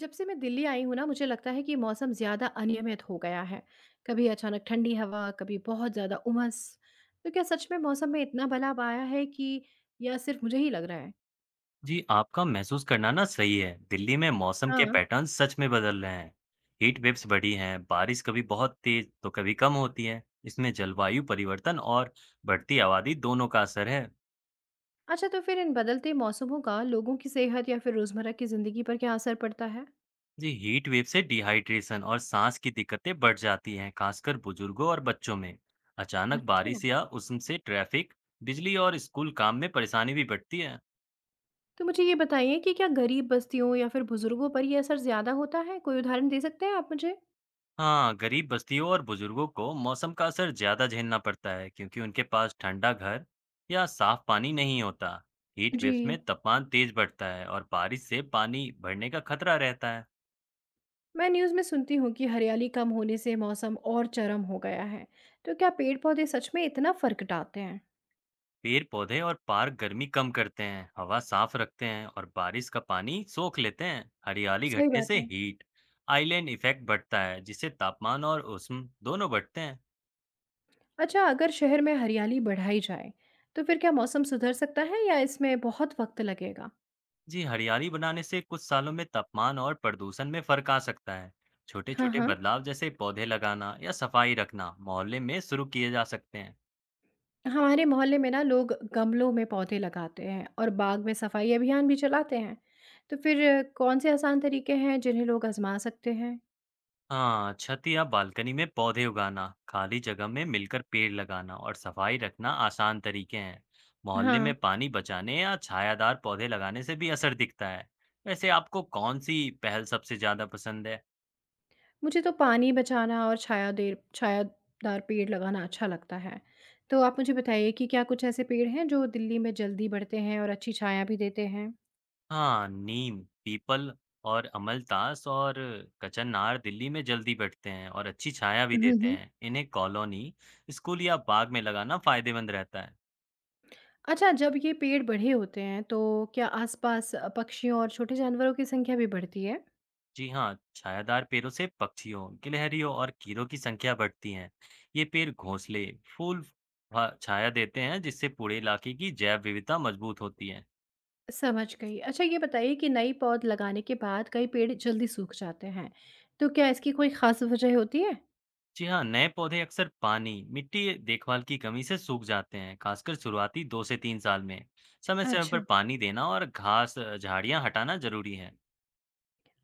जब से मैं दिल्ली आई हूँ ना मुझे लगता है कि मौसम ज़्यादा अनियमित हो गया है। कभी अचानक ठंडी हवा, कभी बहुत ज़्यादा उमस। तो क्या सच में मौसम में इतना बदलाव आया है कि या सिर्फ मुझे ही लग रहा है? जी, आपका महसूस करना ना सही है। दिल्ली में मौसम के हाँ। पैटर्न सच में बदल रहे हैं। हीट वेव्स बढ़ी हैं, बारिश कभी बहुत तेज तो कभी कम होती है। इसमें जलवायु परिवर्तन और बढ़ती आबादी दोनों का असर है। अच्छा, तो फिर इन बदलते मौसमों का लोगों की सेहत या फिर रोज़मर्रा की ज़िंदगी पर क्या असर पड़ता है? जी, हीट वेव से डिहाइड्रेशन और सांस की दिक्कतें बढ़ जाती हैं, खासकर बुजुर्गों और बच्चों में। अचानक अच्छा। बारिश या उष्ण से ट्रैफिक, बिजली और स्कूल काम में परेशानी भी बढ़ती है। तो मुझे ये बताइए कि क्या गरीब बस्तियों या फिर बुज़ुर्गों पर ये असर ज़्यादा होता है? कोई उदाहरण दे सकते हैं आप मुझे? हाँ, गरीब बस्तियों और बुजुर्गों को मौसम का असर ज्यादा झेलना पड़ता है क्योंकि उनके पास ठंडा घर या साफ पानी नहीं होता। हीट जी। वेव्स में तापमान तेज बढ़ता है और बारिश से पानी बढ़ने का खतरा रहता है। मैं न्यूज़ में सुनती हूँ कि हरियाली कम होने से मौसम और चरम हो गया है। तो क्या पेड़ पौधे सच में इतना फर्क डालते हैं? पेड़ पौधे और पार्क गर्मी कम करते हैं, हवा साफ रखते हैं और बारिश का पानी सोख लेते हैं। हरियाली सही घटने बात से है। हीट आइलैंड इफेक्ट बढ़ता है जिससे तापमान और उष्ण दोनों बढ़ते हैं। अच्छा, अगर शहर में हरियाली बढ़ाई जाए, तो फिर क्या मौसम सुधर सकता है या इसमें बहुत वक्त लगेगा? जी, हरियाली बनाने से कुछ सालों में तापमान और प्रदूषण में फर्क आ सकता है। हाँ, छोटे-छोटे हाँ। बदलाव जैसे पौधे लगाना या सफाई रखना मोहल्ले में शुरू किए जा सकते हैं। हमारे मोहल्ले में ना लोग गमलों में पौधे लगाते हैं और बाग में सफाई अभियान भी चलाते हैं। तो फिर कौन से आसान तरीके हैं जिन्हें लोग आजमा सकते हैं? हाँ, छत या बालकनी में पौधे उगाना, खाली जगह में मिलकर पेड़ लगाना और सफाई रखना आसान तरीके हैं। मोहल्ले में हाँ, पानी बचाने या छायादार पौधे लगाने से भी असर दिखता है। वैसे आपको कौन सी पहल सबसे ज्यादा पसंद है? मुझे तो पानी बचाना और छाया देर छायादार पेड़ लगाना अच्छा लगता है। तो आप मुझे बताइए कि क्या कुछ ऐसे पेड़ हैं जो दिल्ली में जल्दी बढ़ते हैं और अच्छी छाया भी देते हैं? हाँ, नीम, पीपल और अमलतास और कचनार दिल्ली में जल्दी बढ़ते हैं और अच्छी छाया भी हम्म देते हम्म। हैं। इन्हें कॉलोनी, स्कूल या बाग में लगाना फायदेमंद रहता है। अच्छा, जब ये पेड़ बड़े होते हैं तो क्या आसपास पक्षियों और छोटे जानवरों की संख्या भी बढ़ती है? जी हाँ, छायादार पेड़ों से पक्षियों, गिलहरियों और कीड़ों की संख्या बढ़ती है। ये पेड़ घोंसले, फूल, छाया देते हैं जिससे पूरे इलाके की जैव विविधता मजबूत होती है। समझ गई। अच्छा, ये बताइए कि नई पौध लगाने के बाद कई पेड़ जल्दी सूख जाते हैं। तो क्या इसकी कोई खास वजह होती है? जी हाँ, नए पौधे अक्सर पानी, मिट्टी या देखभाल की कमी से सूख जाते हैं, खासकर शुरुआती 2 से 3 साल में। समय समय पर अच्छा। पानी देना और घास, झाड़ियाँ हटाना जरूरी है।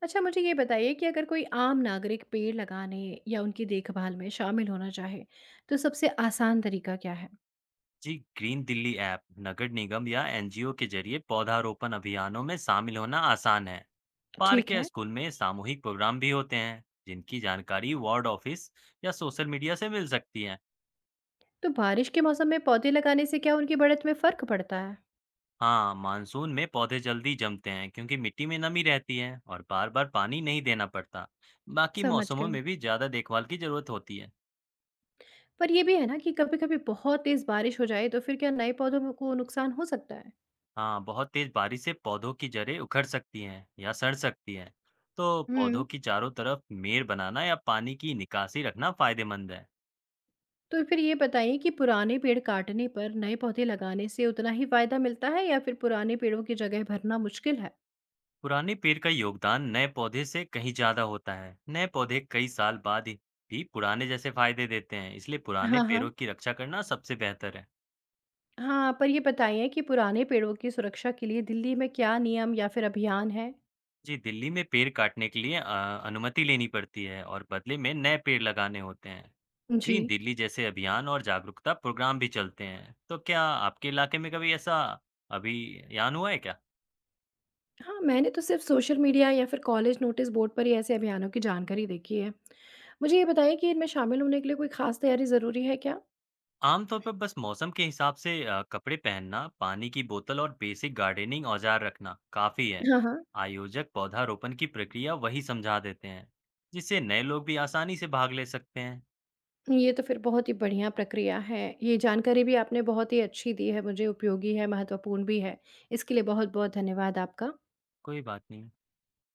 अच्छा मुझे ये बताइए कि अगर कोई आम नागरिक पेड़ लगाने या उनकी देखभाल में शामिल होना चाहे तो सबसे आसान तरीका क्या है? जी, ग्रीन दिल्ली ऐप, नगर निगम या एनजीओ के जरिए पौधारोपण अभियानों में शामिल होना आसान है। पार्क ठीक या है। स्कूल में सामूहिक प्रोग्राम भी होते हैं, जिनकी जानकारी वार्ड ऑफिस या सोशल मीडिया से मिल सकती है। तो बारिश के मौसम में पौधे लगाने से क्या उनकी बढ़त में फर्क पड़ता है? हाँ, मानसून में पौधे जल्दी जमते हैं क्योंकि मिट्टी में नमी रहती है और बार-बार पानी नहीं देना पड़ता। बाकी समझ मौसमों गई। में भी ज्यादा देखभाल की जरूरत होती है। पर ये भी है ना कि कभी-कभी बहुत तेज बारिश हो जाए तो फिर क्या नए पौधों को नुकसान हो सकता है? हाँ, बहुत तेज बारिश से पौधों की जड़ें उखड़ सकती हैं या सड़ सकती हैं। तो पौधों हम्म। की चारों तरफ मेड़ बनाना या पानी की निकासी रखना फायदेमंद है। तो फिर ये बताइए कि पुराने पेड़ काटने पर नए पौधे लगाने से उतना ही फायदा मिलता है या फिर पुराने पेड़ों की जगह भरना मुश्किल है? पुराने पेड़ का योगदान नए पौधे से कहीं ज्यादा होता है। नए पौधे कई साल बाद ही भी पुराने जैसे फायदे देते हैं, इसलिए पुराने हाँ हाँ पेड़ों की रक्षा करना सबसे बेहतर है। हाँ, पर ये बताइए कि पुराने पेड़ों की सुरक्षा के लिए दिल्ली में क्या नियम या फिर अभियान हैं? जी, दिल्ली में पेड़ काटने के लिए अनुमति लेनी पड़ती है और बदले में नए पेड़ लगाने होते हैं। जी। ग्रीन दिल्ली जैसे अभियान और जागरूकता प्रोग्राम भी चलते हैं। तो क्या आपके इलाके में कभी ऐसा अभियान हुआ है क्या? हाँ, मैंने तो सिर्फ सोशल मीडिया या फिर कॉलेज नोटिस बोर्ड पर ही ऐसे अभियानों की जानकारी देखी है। मुझे ये बताइए कि इनमें शामिल होने के लिए कोई खास तैयारी ज़रूरी है क्या? आमतौर पर बस मौसम के हिसाब से कपड़े पहनना, पानी की बोतल और बेसिक गार्डनिंग औजार रखना काफी है। हाँ, हाँ। आयोजक पौधारोपण की प्रक्रिया वही समझा देते हैं, जिससे नए लोग भी आसानी से भाग ले सकते हैं। ये तो फिर बहुत ही बढ़िया प्रक्रिया है। ये जानकारी भी आपने बहुत ही अच्छी दी है मुझे, उपयोगी है, महत्वपूर्ण भी है। इसके लिए बहुत-बहुत धन्यवाद आपका। कोई बात नहीं।